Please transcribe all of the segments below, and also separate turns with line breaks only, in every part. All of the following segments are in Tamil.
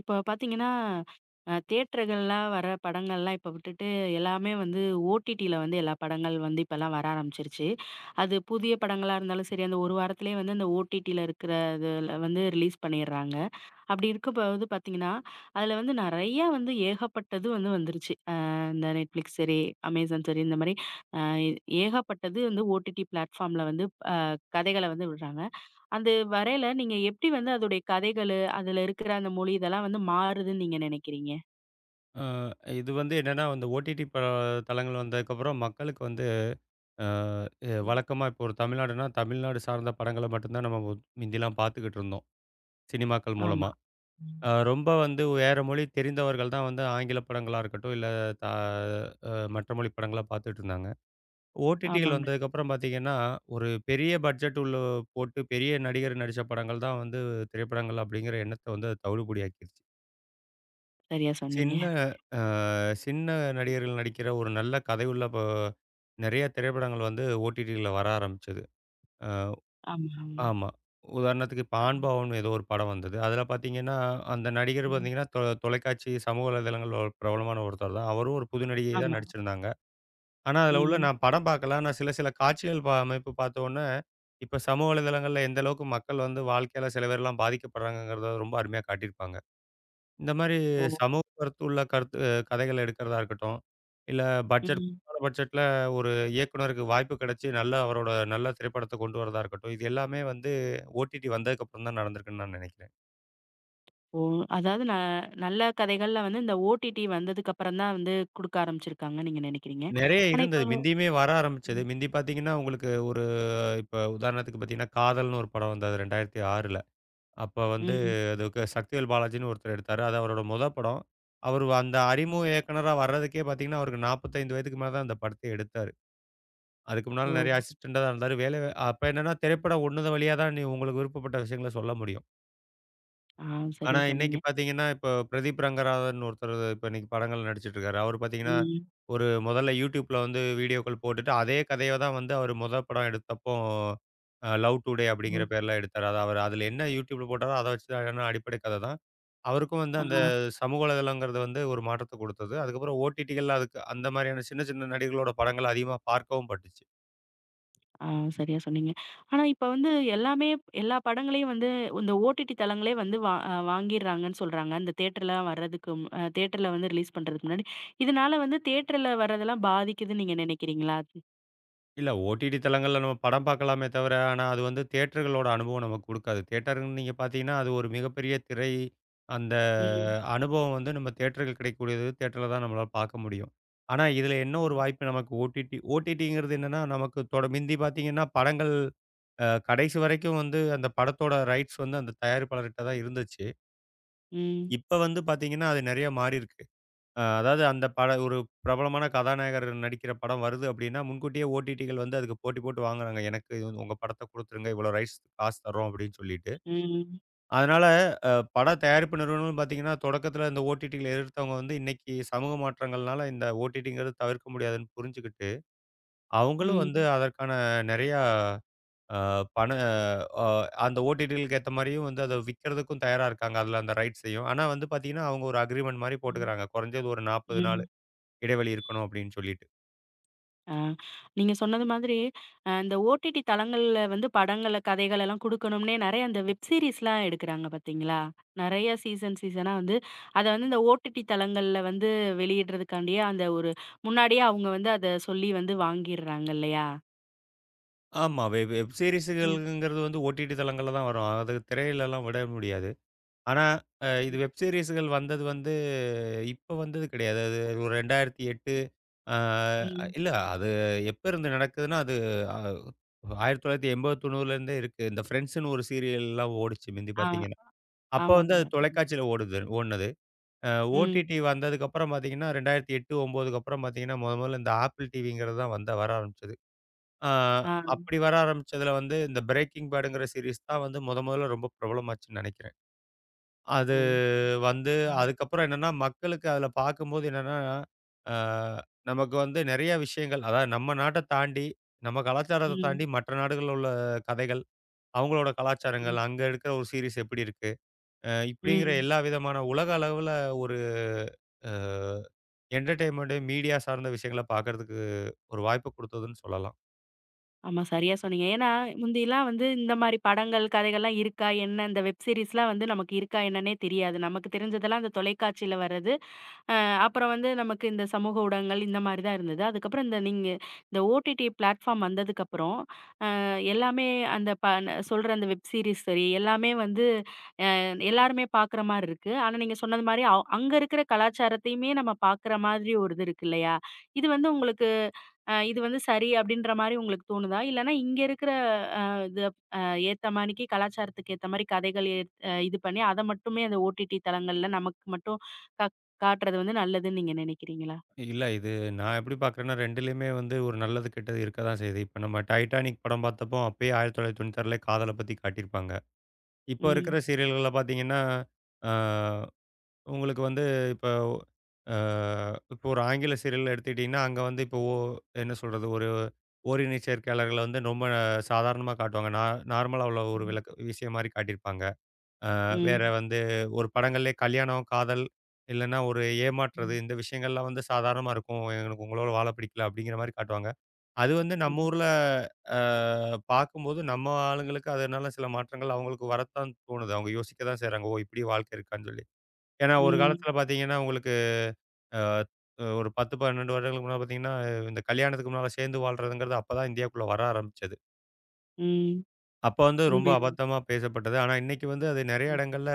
இப்ப பார்த்தீங்கன்னா, தியேட்டர்கள்லாம் வர படங்கள்லாம் இப்ப விட்டுட்டு, எல்லாமே வந்து ஓடிடில வந்து எல்லா படங்கள் வந்து இப்பலாம் வர ஆரம்பிச்சுருச்சு. அது புதிய படங்களா இருந்தாலும் சரி, அந்த ஒரு வாரத்திலேயே வந்து அந்த ஓடிடில இருக்கிற இதுல வந்து ரிலீஸ் பண்ணிடுறாங்க. அப்படி இருக்கும்போது பார்த்தீங்கன்னா, அதுல வந்து நெறையா வந்து ஏகப்பட்டது வந்து வந்துருச்சு. இந்த Netflix சரி, Amazon சரி இந்த மாரி அ ஏகப்பட்டது வந்து ஓடிடி பிளாட்ஃபார்ம்ல வந்து அ கதைகள வந்து விடுறாங்க. அது வரையில நீங்க எப்படி வந்து அதோடைய கதைகளு, அதுல இருக்கிற அந்த மொழி இதெல்லாம் வந்து மாறுதுன்னு நீங்க நினைக்கிறீங்க?
அ இது வந்து என்னன்னா, அந்த ஓடிடி தளங்கள் வந்ததுக்கப்புறம் மக்களுக்கு வந்து அ எ
ம்.
வழக்கமா இப்போ ஒரு தமிழ்நாடுனா, தமிழ்நாடு சார்ந்த படங்கள மட்டும் தான் நம்ம மிந்திலாம் பார்த்துக்கிட்டு இருந்தோம். சினிமாக்கள்
ஆமா.
மூலமா.
ம்.
ரொம்ப வந்து வேற மொழி தெரிந்தவர்கள் தான் வந்து ஆங்கில படங்களா இருக்கட்டும், இல்ல த அ மற்ற மொழி படங்களா பார்த்துட்டு இருந்தாங்க. ஓடிடிகள்
ஆமாங்க.
வந்ததுக்கப்புறம் பார்த்தீங்கன்னா, ஒரு பெரிய பட்ஜெட் உள்ள போட்டு பெரிய நடிகர் நடிச்ச படங்கள் தான் வந்து திரைப்படங்கள் அப்படிங்கிற எண்ணத்த வந்து அது தவிடுபொடி ஆக்கிருச்சு.
சரியா சொன்னீங்க.
சின்ன அ சின்ன நடிகர்கள் நடிக்கிற ஒரு நல்ல கதையுள்ள நெறைய திரைப்படங்கள் வந்து ஓடிடில வர ஆரம்பிச்சது. அ
ஆமா, ஆமா.
ஆமா. உதாரணத்துக்கு இப்ப ஆண்பாவம்னு ஏதோ ஒரு படம் வந்தது. அதில பார்த்தீங்கன்னா, அந்த நடிகர்
ம்.
பார்த்தீங்கன்னா, தொலைக்காட்சி சமூக வலைதளங்கள்ல ஒரு பிரபலமான ஒருத்தர் தான். அவரும் ஒரு புது நடிகை தான்
ஆமா.
நடிச்சிருந்தாங்க. ஆனா, அதில உள்ள
ம்.
நான் படம் பார்க்கல. ஆனா சில சில காட்சிகள் அமைப்பு பார்த்தோன்னே, இப்ப சமூக வலைதளங்கள்ல எந்த அளவுக்கு மக்கள் வந்து வாழ்க்கையில சில பேர்லாம் பாதிக்கப்படுறாங்கங்கிறத ரொம்ப அருமையா காட்டியிருப்பாங்க. இந்த மாரி
ஓ!
சமூக கருத்து உள்ள கதைகள் எடுக்கிறதா இருக்கட்டும், இல்ல
ம்.
குறைவான பட்ஜெட்ல ஒரு இயக்குனருக்கு வாய்ப்பு கிடைச்சு, நல்ல அவரோட நல்ல திரைப்படத்த கொண்டு வரதா இருக்கட்டும், இது எல்லாமே வந்து ஓடிடி வந்ததுக்கப்புறம் தான் நடந்திருக்குன்னு நான் நினைக்கிறேன்.
ஓ! அதாவது நல்ல கதைகள்ல வந்து இந்த ஓடிடி வந்ததுக்கு அப்புறம் தான் வந்து குடுக்க ஆரம்பிச்சிருக்காங்கன்னு நீங்க நினைக்கிறீங்க.
நெறைய
ஆனா இப்ப.
இருந்தது. முந்தியுமே வர ஆரம்பிச்சது.
ம்.
முந்தி பார்த்தீங்கன்னா, உங்களுக்கு ஒரு இப்ப உதாரணத்துக்கு பார்த்தீங்கன்னா, காதல்னு ஒரு படம் வந்தது 2006ல. அப்ப வந்து
ம்.
அதுக்கு சக்திவேல் பாலாஜின்னு ஒருத்தர் எடுத்தாரு. அது அவரோட மொத படம். அவரு அந்த அறிமுக இயக்குனரா வர்றதுக்கே பார்த்தீங்கன்னா, அவருக்கு 45 வயதுக்கு மேல தான் அந்த படத்த எடுத்தாரு. அதுக்கு முன்னால
ஓ!
நெறைய அசிஸ்டன்டா தான் இருந்தாரு. வேலை அப்ப என்னன்னா, திரைப்படம் ஒன்னு வழியா தான் நீ உங்களுக்கு விருப்பப்பட்ட விஷயங்கள சொல்ல முடியும்.
ஆ,
ஆனா,
சரியா
இன்னைக்கு
சொன்னீங்க.
பாத்தீங்கன்னா, இப்போ பிரதீப் ரங்கராஜன் ஒருத்தர் இப்ப இன்னைக்கு படங்கள்ல நடிச்சிட்டு இருக்காரு. அவரு பாத்தீங்கன்னா,
ம்.
ஒரு முதல்ல YouTubeல வந்து வீடியோக்கள் போட்டுட்டு, அதே கதைய தான் வந்து அவரு முதல் படம் எடுத்தப்போ, லவ் டுடே அப்படிங்கிற
ஓ!
பேர்ல எடுத்தாரு. அது அவரு அதுல என்ன YouTubeல போட்டாரோ, அத வச்சு தான் ஏன்னா அடிப்படை கத தான். அவருக்கும் வந்து
ஆ.
அந்த சமூக வலைதளங்கிறது வந்து ஒரு மாற்றத்த குடுத்தது. அதுக்கப்புறம் ஓடிடிகள்ல அதுக்கு அந்த மாரியான சின்ன சின்ன நடிகர்களோட படங்கள் அதிகமா பார்க்கவும் பட்டுச்சு.
ஆ, சரியா சொன்னீங்க. ஆனா இப்ப வந்து எல்லாமே எல்லா படங்களையும் வந்து இந்த ஓடிடி தளங்களே வந்து வா அ வாங்கிர்றாங்கன்னு சொல்றாங்க. அந்த தியேட்டர்லாம் வர்றதுக்கு மு அ தியேட்டர்ல வந்து ரிலீஸ் பண்றதுக்கு முன்னாடி. இதனால வந்து தியேட்டர்ல வர்றதெல்லாம் பாதிக்குதுன்னு நீங்க நினைக்கிறீங்களா?
இல்ல ஓடிடி தளங்கள்ல நம்ம படம் பார்க்கலாமே தவிர, ஆனா அது வந்து தியேட்டர்களோட அனுபவம் நமக்கு குடுக்காது. தியேட்டர்ன்னு நீங்க பார்த்தீங்கன்னா, அது ஒரு மிகப்பெரிய திரை. அந்த
ம்.
அனுபவம் வந்து நம்ம தியேட்டர்கள் கிடைக்கக்கூடியது தியேட்டர்ல தான் நம்மளால பார்க்க முடியும். ஆனா, இதில என்ன ஒரு
ஆமா.
வாய்ப்பு நமக்கு ஓடிடிங்கிறது என்னன்னா, நமக்கு தொட மிந்தி பார்த்தீங்கன்னா, படங்கள் கடைசி வரைக்கும் வந்து அந்த படத்தோட ரைட்ஸ் வந்து அந்த தயாரிப்பாளர்கிட்ட தான் இருந்துச்சு.
ம்.
இப்ப வந்து பார்த்தீங்கன்னா, அது நெறைய மாறியிருக்கு. அதாவது அந்த பட ஒரு பிரபலமான கதாநாயகர் நடிக்கிற படம் வருது அப்டின்னா, முன்கூட்டியே ஓடிடிகள் வந்து அதுக்கு போட்டி போட்டு வாங்குறாங்க. எனக்கு இது வந்து உங்க படத்த குடுத்துருங்க. இவ்வளோ ரைட்ஸ் காசு தர்றோம் அப்டின்னு சொல்லிட்டு.
ம்.
அதனால அ பட தயாரிப்பு நிறுவனம்னு பார்த்தீங்கன்னா, தொடக்கத்தில இந்த ஓடிடிகள எதிர்த்தவங்க வந்து இன்னைக்கு சமூக மாற்றங்கள்னால இந்த ஓடிடிங்கிறது தவிர்க்க முடியாதுன்னு புரிஞ்சுகிட்டு, அவங்களும் வந்து
ம்.
அதற்கான நெறையா அ பண அ அந்த ஓடிடிகளுக்கு ஏத்த மாரியும் வந்து அத விக்கிறதுக்கும் தயாரா இருக்காங்க. அதுல அந்த ரைட்ஸையும். ஆனா வந்து பார்த்தீங்கன்னா, அவங்க ஒரு அக்ரீமெண்ட் மாரி
ம்.
போட்டுக்கிறாங்க. குறைஞ்சது ஒரு 40 நாள்.
ம்.
இடைவெளி இருக்கணும் அப்படின்னு சொல்லிட்டு.
ஆ. நீங்க சொன்னது மாதிரி, இந்த ஓடிடி தளங்கள்ல வந்து படங்கள, கதைகள் எல்லாம் குடுக்கணும்னே நெறைய அந்த வெப் சீரிஸ்லாம் எடுக்குறாங்க பார்த்தீங்களா? நெறைய சீசன் சீசனா வந்து அத வந்து இந்த ஓடிடி தளங்கள்ல வந்து வெளியிடுறதுக்காண்டியே அந்த ஒரு முன்னாடியே அவங்க வந்து அத சொல்லி வந்து வாங்கிர்றாங்க இல்லையா?
ஆமா. வெப்
ம்.
சீரிஸ்கள்ங்கிறது வந்து ஓடிடி தளங்கள்ல தான் வரும். அது திரையிலலாம் விட முடியாது. ஆனா, இது
ம்.
வெப் சீரிஸ்கள் வந்தது வந்து இப்ப வந்தது கிடையாது. அது ஒரு 2008 ஆ
ம்.
இல்ல அது எப்ப இருந்து நடக்குதுன்னா, அது அ 1980, 90லேருந்தே இருக்கு. இந்த ஃப்ரெண்ட்ஸ்ன்னு ஒரு சீரியல்லாம் ஓடுச்சு முந்தி
ஆ.
பார்த்தீங்கன்னா. அப்ப வந்து
ஆமாங்க.
அது
ம்.
தொலைக்காட்சியில ஓடுது ஓடுனது. அ
ம்.
ஓடிடி வந்ததுக்கப்புறம் பார்த்தீங்கன்னா, 2008, 9க்கு அப்புறம் பார்த்தீங்கன்னா, மொதல்ல இந்த Apple TVங்கிறது தான் வந்த வர ஆரம்பிச்சது. ஆ,
ஆ.
அப்படி வர ஆரம்பிச்சதுல வந்து இந்த பிரேக்கிங் பேடுங்கிற சீரிஸ் தான் வந்து முதல்ல ரொம்ப பிரபலமாச்சுன்னு நினைக்கிறேன். அது
ஓ! சரி.
வந்து
ம்.
அதுக்கப்புறம் என்னன்னா, மக்களுக்கு அதுல பார்க்கும்போது என்னன்னா, ஆ நமக்கு வந்து நெறைய விஷயங்கள் அதாவது நம்ம நாட்ட தாண்டி, நம்ம கலாச்சாரத்த தாண்டி
ம்.
மற்ற நாடுகள்ல உள்ள கதைகள், அவங்களோட கலாச்சாரங்கள்,
ம்.
அங்க இருக்கிற ஒரு சீரிஸ் எப்படி இருக்கு? இப்படிங்கிற
ம்.
எல்லா விதமான உலக அளவுல ஒரு அ என்டர்டெயின்மென்ட் மீடியா சார்ந்த விஷயங்கள பார்க்கறதுக்கு ஒரு வாய்ப்பு குடுத்ததுன்னு சொல்லலாம்.
ஆமா. சரியா சொன்னீங்க. ஏன்னா, முந்திலாம் வந்து இந்த மாரி படங்கள், கதைகள்லாம் இருக்கா என்ன? இந்த வெப் சீரிஸ்லாம் வந்து நமக்கு இருக்கா என்னன்னே தெரியாது. நமக்கு தெரிஞ்சதெல்லாம் அந்த தொலைக்காட்சியில வர்றது. அப்புறம் வந்து நமக்கு இந்த சமூக ஊடகங்கள் இந்த மாரி தான் இருந்தது. அதுக்கப்புறம் இந்த நீங்க இந்த ஓடிடி பிளாட்ஃபார்ம் வந்ததுக்கப்புறம், எல்லாமே அந்த சொல்ற அந்த வெப் சீரிஸ் சரி, எல்லாமே வந்து எல்லாருமே பார்க்குற மாரி இருக்கு. ஆனா, நீங்க சொன்னது மாரி அங்க இருக்கிற கலாச்சாரத்தையுமே நம்ம பார்க்குற மாதிரி ஒரு இது இருக்கு இல்லையா? இது வந்து உங்களுக்கு இது வந்து சரி அப்டின்ற மாரி உங்களுக்கு தோணுதா? இல்லன்னா இங்க இருக்கிற அ இது அ ஏத்த மாணிக்கு கலாச்சாரத்துக்கு ஏத்த மாரி கதைகள் இது பண்ணி அத மட்டுமே அந்த ஓடிடி தளங்கள்ல நமக்கு மட்டும் கா காட்டுறது வந்து நல்லதுன்னு நீங்க நினைக்கிறீங்களா?
இல்ல. இது நான் எப்படி பார்க்குறேன்னா, 2லயுமே வந்து ஒரு நல்லது, கெட்டது இருக்க தான் செய்யுது. இப்ப நம்ம "டைட்டானிக்" படம் பார்த்தப்போ, அப்பயே 1996லயே காதல பத்தி காட்டியிருப்பாங்க. இப்போ இருக்கிற
ம்.
சீரியல்கள்ல பார்த்தீங்கன்னா, ஆ உங்களுக்கு வந்து இப்போ ஆ இப்போ ஒரு ஆங்கில சீரியல் எடுத்துக்கிட்டிங்கன்னா, அங்க வந்து இப்போ என்ன சொல்றது? ஒரு ஓரின சேர்க்கையாளர்கள வந்து ரொம்ப சாதாரணமா காட்டுவாங்க. நார்மலா உள்ள ஒரு
ம்.
விளக்க விஷயம் மாரி காட்டியிருப்பாங்க. அ வேற
ம்.
வந்து ஒரு படங்கள்லயே கல்யாணம், காதல், இல்லன்னா ஒரு ஏமாற்றுறது இந்த விஷயங்கள்லாம் வந்து சாதாரணமா இருக்கும். "எனக்கு உங்களோட வாழ பிடிக்கல" அப்படிங்கிற மாரி காட்டுவாங்க. அது வந்து நம்ம
ம்.
ஊர்ல அ பார்க்கும்போது நம்ம ஆளுங்களுக்கு அதனால சில மாற்றங்கள் அவங்களுக்கு வரத்தான் தோணுது. அவங்க யோசிக்க தான் செய்றாங்க. "ஓ! இப்படியும் வாழ்க்கை இருக்கான்னு" சொல்லி. ஏன்னா ஒரு
ம்.
காலத்துல பார்த்தீங்கன்னா, உங்களுக்கு அ ஒரு 10, 12 வருடங்களுக்கு முன்னால பார்த்தீங்கன்னா, இந்த கல்யாணத்துக்கு முன்னால சேர்ந்து வாழ்றதுங்கிறது அப்பதான் இந்தியாக்குள்ள வர ஆரம்பிச்சது.
ம்.
அப்ப வந்து ரொம்ப
உண்மையா.
அபத்தமா பேசப்பட்டது. ஆனா, இன்னைக்கு வந்து அது நெறைய
ம்.
இடங்கள்ல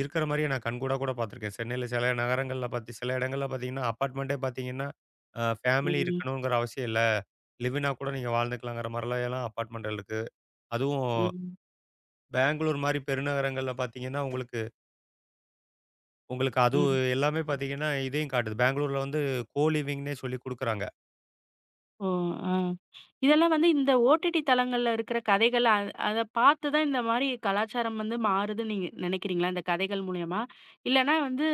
இருக்கிற மாரியே நான் கண்கூடா கூட பார்த்துருக்கேன். சென்னையில சில நகரங்கள்ல பார்த்து சில இடங்கள்ல பார்த்தீங்கன்னா, அப்பார்ட்மெண்ட்டே பார்த்தீங்கன்னா, ஃபேமிலி
ம்.
இருக்கணுங்கிற அவசியம் இல்ல. லிவ்னா கூட நீங்க வாழ்ந்துக்கலாங்கிற மாரிலாம் எல்லாம் அப்பார்ட்மெண்ட் இருக்கு. அதுவும்
ம்.
பெங்களூர் மாரி பெருநகரங்கள்ல பார்த்தீங்கன்னா, உங்களுக்கு உங்களுக்கு அது
ம்.
எல்லாமே பார்த்தீங்கன்னா, இதையும் காட்டுது. பெங்களூர்ல வந்து கோ லிவிங்னே சொல்லி குடுக்குறாங்க.
ஓ! ஆ. இதெல்லாம் வந்து இந்த ஓடிடி தளங்கள்ல இருக்கிற கதைகள் அத பார்த்து தான் இந்த மாரி கலாச்சாரம் வந்து மாறுதுன்னு நீங்க நினைக்கிறீங்களா? இந்த கதைகள் மூலியமா? இல்லன்னா வந்து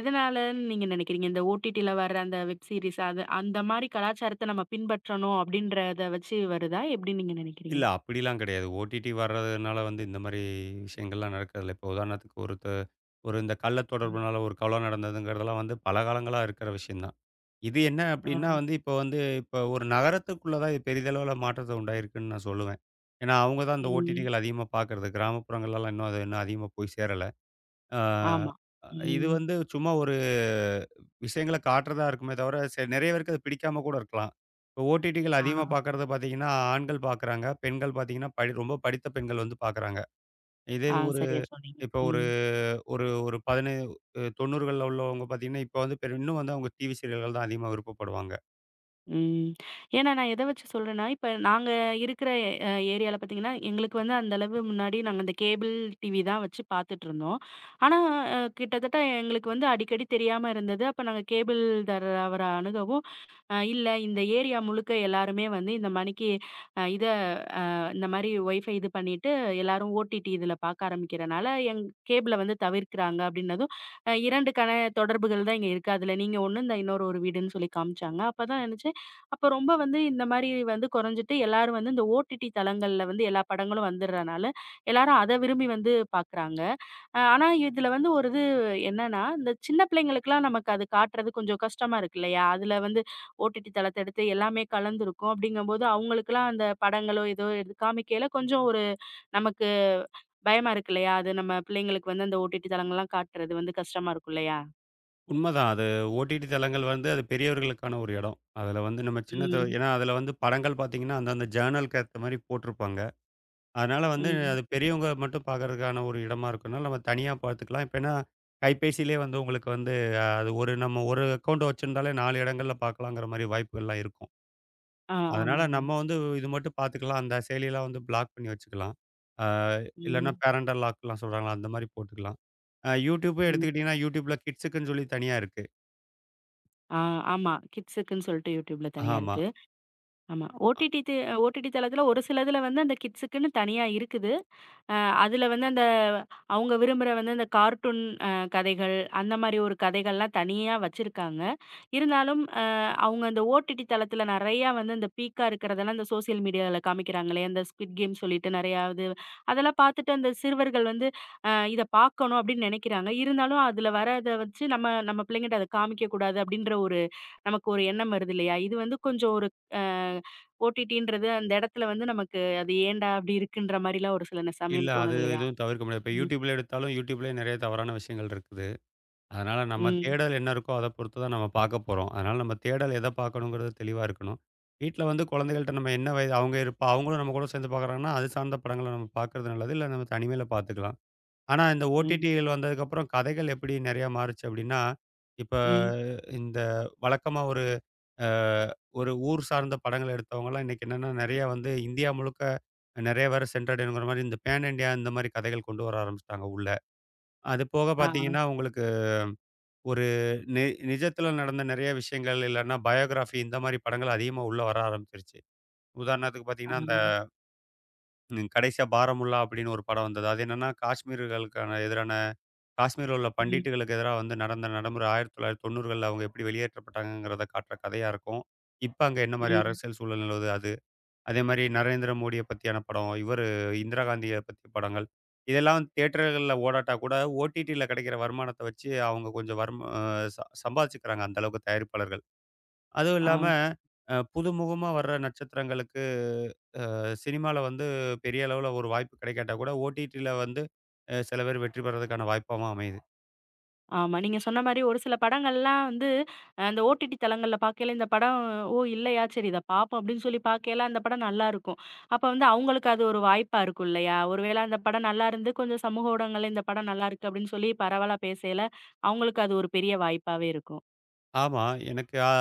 எதனாலன்னு நீங்க நினைக்கிறீங்க? இந்த ஓடிடில வர்ற அந்த வெப் சீரிஸ் அது அந்த மாரி கலாச்சாரத்த நம்ம பின்பற்றணும் அப்டின்றத வச்சு வருதா? எப்டி நீங்க நினைக்கிறீங்க?
இல்ல. அப்படிலாம் கிடையாது. ஓடிடி வர்றதுனால வந்து இந்த மாரி விஷயங்கள்லாம் நடக்கிறதில்ல. இப்போ உதாரணத்துக்கு ஒரு இந்த கள்ள
ம்.
தொடர்புனால ஒரு கொலை நடந்ததுங்கிறதெல்லாம் வந்து பல காலங்களா இருக்கிற விஷயம் தான். இது என்ன
ஆ.
அப்படின்னா வந்து இப்போ வந்து இப்போ ஒரு நகரத்துக்குள்ள தான் இது பெரிதளவுல மாற்றத்த உண்டாயிருக்குன்னு நான் சொல்லுவேன். ஏன்னா அவங்க தான் இந்த
ம்.
ஓடிடிகள் அதிகமா பார்க்கறது. கிராமப்புறங்கள்லலாம் இன்னும் அது இன்னும் அதிகமா போய் சேரல. ஆ,
ஆமா.
இது
ம்.
வந்து சும்மா ஒரு விஷயங்கள காட்டுறதா இருக்குமே தவிர, சரி நெறைய பேருக்கு அது பிடிக்காம கூட இருக்கலாம். இப்போ ஓடிடிகள்
ஆ.
அதிகமா பார்க்கறத பார்த்தீங்கன்னா, ஆண்கள் பார்க்குறாங்க. பெண்கள் பார்த்தீங்கன்னா, ரொம்ப படித்த பெண்கள் வந்து பார்க்குறாங்க. இதே
ஆ,
இது ஒரு
சரியா சொன்னீங்க.
இப்போ ஒரு
ம்.
ஒரு ஒரு 17, 90கள்ல உள்ளவங்க பார்த்தீங்கன்னா, இப்போ வந்து இன்னும் வந்து அவங்க டிவி சீரியல்கள் தான் அதிகமா விருப்பப்படுவாங்க.
ம். ஏன்னா நான் எத வச்சு சொல்றேன்னா, இப்ப நாங்க இருக்கிற ஏரியால பார்த்தீங்கன்னா, எங்களுக்கு வந்து அந்த அளவு முன்னாடி நாங்க அந்த கேபிள் டிவி தான் வச்சு பார்த்துட்டுருந்தோம். ஆனா கிட்டத்தட்ட எங்களுக்கு வந்து அடிக்கடி தெரியாம இருந்தது. அப்ப நாங்க கேபிள்தாரர் அவர அணுகவும், இல்ல இந்த ஏரியா முழுக்க எல்லாருமே வந்து இந்த மணிக்கு அ இத இந்த மாரி ஒய்ஃபை இது பண்ணிட்டு எல்லாரும் ஓடிடி இதில பார்க்க ஆரம்பிக்கிறனால, எங் கேபிள வந்து தவிர்க்கிறாங்க அப்டின்னதும், 2 தொடர்புகள் தான் இங்க இருக்கு. அதுல நீங்க ஒண்ணு, இந்த இன்னொரு ஒரு வீடுன்னு சொல்லி காமிச்சாங்க. அப்பதான் நெனச்சேன், அப்ப ரொம்ப வந்து இந்த மாரி வந்து குறைஞ்சுட்டு எல்லாரும் வந்து இந்த ஓடிடி தளங்கள்ல வந்து எல்லா படங்களும் வந்துடுறனால, எல்லாரும் அத விரும்பி வந்து பார்க்குறாங்க. ஆனா இதுல வந்து ஒரு இது என்னன்னா, இந்த சின்ன பிள்ளைங்களுக்குலாம் நமக்கு அது காட்டுறது கொஞ்சம் கஷ்டமா இருக்கு இல்லையா? அதுல வந்து ஓடிடி தளத்த எடுத்து எல்லாமே கலந்திருக்கும். அப்படிங்கும்போது அவங்களுக்குலாம் அந்த படங்களோ, ஏதோ எடுத்து காமிக்கையில கொஞ்சம் ஒரு நமக்கு பயமா இருக்கு இல்லையா? அது நம்ம பிள்ளைங்களுக்கு வந்து அந்த ஓடிடி தளங்கள்லாம் காட்டுறது வந்து கஷ்டமா இருக்கும் இல்லையா?
உண்மதான். அது ஓடிடி தளங்கள் வந்து அது பெரியவர்களுக்கான ஒரு இடம். அதில வந்து நம்ம சின்னத
ம்.
ஏன்னா அதில வந்து படங்கள் பார்த்தீங்கன்னா, அந்தந்த ஜேர்னலுக்கு ஏத்த மாரி போட்டிருப்பாங்க. அதனால வந்து
ம்.
அது பெரியவங்க மட்டும் பார்க்கறதுக்கான ஒரு இடமா இருக்கும்னால நம்ம தனியா பார்த்துக்கலாம். இப்ப ஏன்னா, கைபேசியிலே வந்து உங்களுக்கு வந்து அது ஒரு நம்ம ஒரு அக்கவுண்ட் வச்சிருந்தாலே 4 இடங்கள்ல பார்க்கலாங்கிற மாரி வாய்ப்புகள்லாம் இருக்கும்.
ஆ,
அதனால
ஆமாங்க.
நம்ம வந்து இது மட்டும் பார்த்துக்கலாம். அந்த செயலிலாம் வந்து பிளாக் பண்ணி வச்சுக்கலாம். ஆ இல்லன்னா
ம்.
பேரண்டல் லாக்லாம் சொல்றாங்கல்ல அந்த மாரி போட்டுக்கலாம். யூடியூபே
ம்.
எடுத்துக்கிட்டீங்கன்னா, யூடியூப்ல கிட்ஸுக்குன்னு சொல்லி தனியா இருக்கு.
ஆ, ஆமா. கிட்ஸுக்குன்னு சொல்லிட்டு YouTubeல தனியா
ஆமா.
இருக்கு. ஆமா.
அ
ஓடிடி தளத்துல ஒரு சிலதுல வந்து அந்த கிட்ஸுக்குன்னு தனியா இருக்குது. அ அதுல வந்து அந்த அவங்க விரும்புற வந்து அந்த கார்ட்டூன் கதைகள், அந்த மாரி ஒரு கதைகள்லாம் தனியா வச்சிருக்காங்க. இருந்தாலும் அவங்க அந்த ஓடிடி தளத்துல நெறையா வந்து இந்த பீக்கா இருக்கிறதெல்லாம் இந்த சோசியல் மீடியால காமிக்கிறாங்களே, அந்த ஸ்குவிட் கேம் சொல்லிட்டு நெறையா இது அதெல்லாம் பார்த்துட்டு அந்த சிறுவர்கள் வந்து இத பார்க்கணும் அப்படின்னு நெனைக்கிறாங்க. இருந்தாலும் அதுல வர்றத வச்சு நம்ம நம்ம பிள்ளைங்கட்ட அத காமிக்கக்கூடாது அப்படின்ற ஒரு நமக்கு ஒரு எண்ணம் வருது இல்லையா? இது வந்து கொஞ்சம் ஒரு அ ஓடிடின்றது அந்த இடத்துல வந்து நமக்கு அது ஏன்டா அப்படி இருக்குன்ற மாரிலாம்
இல்ல
சமயம்
அது
தோணுது இல்லையா?
எதுவும் தவிர்க்க முடியாது. இப்ப
ம்,
யூடியூப்ல எடுத்தாலும் யூடியூப்லயே நெறைய தவறான விஷயங்கள் இருக்கு. அதனால நம்ம
ம்,
தேடல் என்ன இருக்கோ, அத பொறுத்து தான் நம்ம பார்க்க போறோம். அதனால நம்ம தேடல் எத பார்க்கணுங்கிறது தெளிவா இருக்கணும். வீட்ல வந்து குழந்தைகள்ட்ட நம்ம என்ன வயது அவங்க இருப்பா அவங்களும் நம்ம கூட சேர்ந்து பார்க்குறாங்கன்னா, அது சார்ந்த படங்கள நம்ம பார்க்கறது நல்லது. இல்ல நம்ம தனிமையில பார்த்துக்கலாம். ஆனா இந்த
ம்,
ஓடிடிகள் வந்ததுக்கப்புறம் கதைகள் எப்படி நெறையா மாறுச்சு அப்டின்னா, இப்ப
ம்.
இந்த வழக்கமா ஒரு அ ஒரு ஊர் சார்ந்த படங்கள் எடுத்தவங்கலாம் இன்னைக்கு என்னன்னா, நெறையா வந்து இந்தியா முழுக்க நெறைய பேர சென்றடையணுங்கிற மாரி இந்த பேன் இண்டியா இந்த மாரி கதைகள் கொண்டு வர ஆரம்பிச்சுட்டாங்க உள்ள. அது போக
ஆ,
பார்த்தீங்கன்னா உங்களுக்கு ஒரு நி நிஜத்துல நடந்த நிறைய விஷயங்கள் இல்லன்னா, பயோகிராஃபி இந்த மாரி படங்கள் அதிகமா உள்ள வர ஆரம்பிச்சிருச்சு. உதாரணத்துக்கு பார்த்தீங்கன்னா, அந்த
ஆ.
கடைசியா பாராமுல்லா அப்படின்னு ஒரு படம் வந்தது. அது என்னன்னா, காஷ்மீர்களுக்கான எதிரான காஷ்மீர்ல உள்ள
ம்,
பண்டிட்டுகளுக்கு எதிரா வந்து நடந்த நடைமுறை 1990கள்ல அவங்க எப்படி வெளியேற்றப்பட்டாங்கங்கிறத காட்டுற கதையா இருக்கும். இப்ப அங்க என்ன மாரி
ம்.
அரசியல் சூழல் நிலவுது அது அதே மாரி நரேந்திர மோடிய பத்தியான படம், இவரு இந்திரா காந்திய பத்திய படங்கள். இதெல்லாம் தியேட்டர்கள்ல ஓடாட்டா கூட ஓடிடில கிடைக்கிற வருமானத்த வச்சு அவங்க கொஞ்சம் வரும அ ச சம்பாதிச்சுக்கிறாங்க அந்த அளவுக்கு தயாரிப்பாளர்கள். அதுவும்
ஆ.
இல்லாம புதுமுகமா வர்ற நட்சத்திரங்களுக்கு சினிமால வந்து பெரிய அளவுல ஒரு வாய்ப்பு கிடைக்காட்டா கூட, ஓடிடில வந்து சில பேர் வெற்றி பெறதுக்கான வாய்ப்பாவும் அமையுது.
ஆமா. நீங்க சொன்ன மாரி ஒரு சில படங்கள்லாம் வந்து அந்த ஓடிடி தளங்கள்ல பார்க்கையில இந்த படம் "ஓ! இல்லையா? சரி இத பார்ப்போம்." அப்படின்னு சொல்லி பார்க்கையில அந்த படம் நல்லாருக்கும். அப்ப வந்து அவங்களுக்கு அது ஒரு வாய்ப்பா இருக்கும் இல்லையா? ஒருவேளை அந்த படம் நல்லாருந்து கொஞ்சம் சமூக ஊடகங்கள்ல இந்த படம் நல்லாருக்கு அப்படின்னு சொல்லி பரவலா பேசையில, அவங்களுக்கு அது ஒரு பெரிய வாய்ப்பாவே இருக்கும்.
ஆமா. எனக்கு அ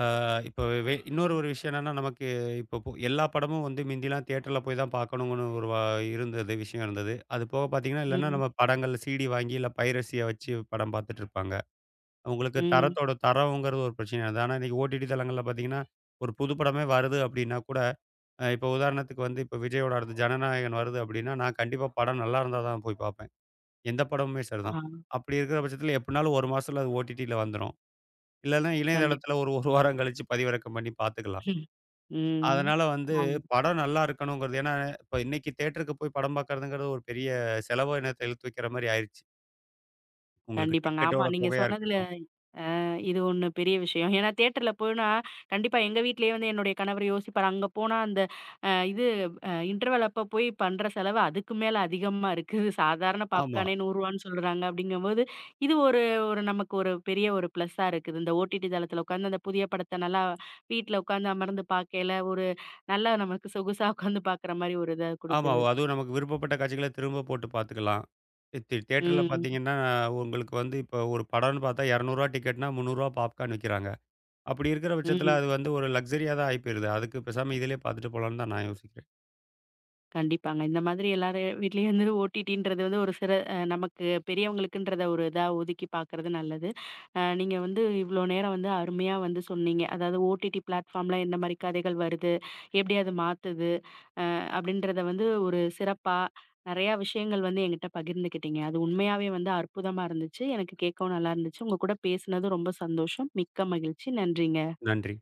அ இப்போ இன்னொரு
ம்,
ஒரு விஷயம் என்னன்னா, நமக்கு இப்போ எல்லா படமும் வந்து மிந்திலாம் தியேட்டர்ல போய் தான் பார்க்கணுங்கன்னு ஒரு இருந்தது விஷயம் இருந்தது. அது போக பார்த்தீங்கன்னா, இல்லன்னா
ம்,
நம்ம படங்கள் சிடி வாங்கி இல்ல பைரசிய வச்சு படம் பார்த்துட்டு இருப்பாங்க. உங்களுக்கு
ம்.
தரத்தோட தரம்ங்கிறது ஒரு பிரச்சனையா இருந்தது. ஆனா இன்னைக்கு ஓடிடி தளங்கள்ல பார்த்தீங்கன்னா, ஒரு புது படமே வருது அப்டின்னா கூட, இப்போ உதாரணத்துக்கு வந்து இப்போ விஜயோட அடுத்து ஜனநாயகன் வருது அப்டின்னா, நான் கண்டிப்பா படம் நல்லா இருந்தா தான் போய் பார்ப்பேன். எந்த படமுமே
ஆ.
சரிதான். அப்டி இருக்கிற பட்சத்தில எப்டினாலும் 1 மாசத்துல அது ஓடிடில வந்துரும். இல்லன்னா
கண்டிப்பா.
இணையதளத்துல ஒரு 1 வாரம் கழிச்சு பதிவிறக்கம் பண்ணி பார்த்துக்கலாம்.
ம். ம்.
அதனால வந்து
ஆமா.
படம் நல்லா இருக்கணுங்கிறது ஏன்னா, இப்ப இன்னைக்கு தியேட்டருக்கு போய் படம் பார்க்கறதுங்கிறது ஒரு பெரிய செலவினத்த இழுத்து வைக்கிற மாரி ஆயிருச்சு. உங்களுக்கு
கண்டிப்பாங்க. ஆமா.
டிக்கெட்டோட
நீங்க
தொகையா
சொன்னதுல
இருக்கட்டும்.
இது ஒண்ணு பெரிய விஷயம். ஏன்னா தியேட்டர்ல போனா, கண்டிப்பா எங்க வீட்லயே வந்து என்னுடைய கணவர் யோசிப்பாரு. அங்க போனா அந்த அ இது அ இன்டர்வல் அப்ப போய் பண்ற செலவு அதுக்கு மேல அதிகமா இருக்கு. சாதாரண
ஆமா,
பாப்கார்னே ரூ. 100 சொல்றாங்க அப்படிங்கும்போது, இது ஒரு ஒரு நமக்கு ஒரு பெரிய ஒரு ப்ளஸ்ஸா இருக்குது. இந்த ஓடிடி தளத்துல உட்கார்ந்து அந்த புதிய படத்த நல்லா வீட்ல உட்கார்ந்து அமர்ந்து பார்க்கையில, ஒரு நல்லா நமக்கு சொகுசா உட்கார்ந்து பார்க்குற மாரி ஒரு இத
ஆமா.
குடுக்குது.
அதுவும் நமக்கு விருப்பப்பட்ட காட்சிகள திரும்ப போட்டு பார்த்துக்கலாம். தியேட்டர்ல
ம்,
பார்த்தீங்கன்னா, உங்களுக்கு வந்து இப்போ ஒரு படம்னு பார்த்தா ரூ. 200 டிக்கெட்னா ரூ. 300 பாப்கார்ன் விக்கிறாங்க. அப்படி இருக்கிற பட்சத்துல
ம்.
அது வந்து ஒரு லக்ஸரியா தான் ஆயி போயிருது. அதுக்கு பேசாம இதிலயே பார்த்துட்டு போலான்னு தான் நான் யோசிக்கிறேன்.
கண்டிப்பாங்க. இந்த மாதிரி எல்லாரும் வீட்லயும் வந்து ஓடிடின்றது வந்து ஒரு சில நமக்கு பெரியவங்களுக்குன்றத ஒரு இதா ஒதுக்கி பார்க்கறது நல்லது. நீங்க வந்து இவ்ளோ நேரம் வந்து அருமையா வந்து சொன்னீங்க. அதாவது ஓடிடி பிளாட்ஃபார்ம்ல எந்த மாரி கதைகள் வருது? எப்படி அது மாத்துது? அப்படின்றத வந்து ஒரு சிறப்பா நெறையா விஷயங்கள் வந்து என்கிட்ட பகிர்ந்துக்கிட்டீங்க. அது உண்மையாவே வந்து அற்புதமா இருந்துச்சு. எனக்கு கேட்கவும் நல்லா இருந்துச்சு. உங்க கூட பேசினது ரொம்ப சந்தோஷம். மிக்க மகிழ்ச்சி. நன்றிங்க.
நன்றி.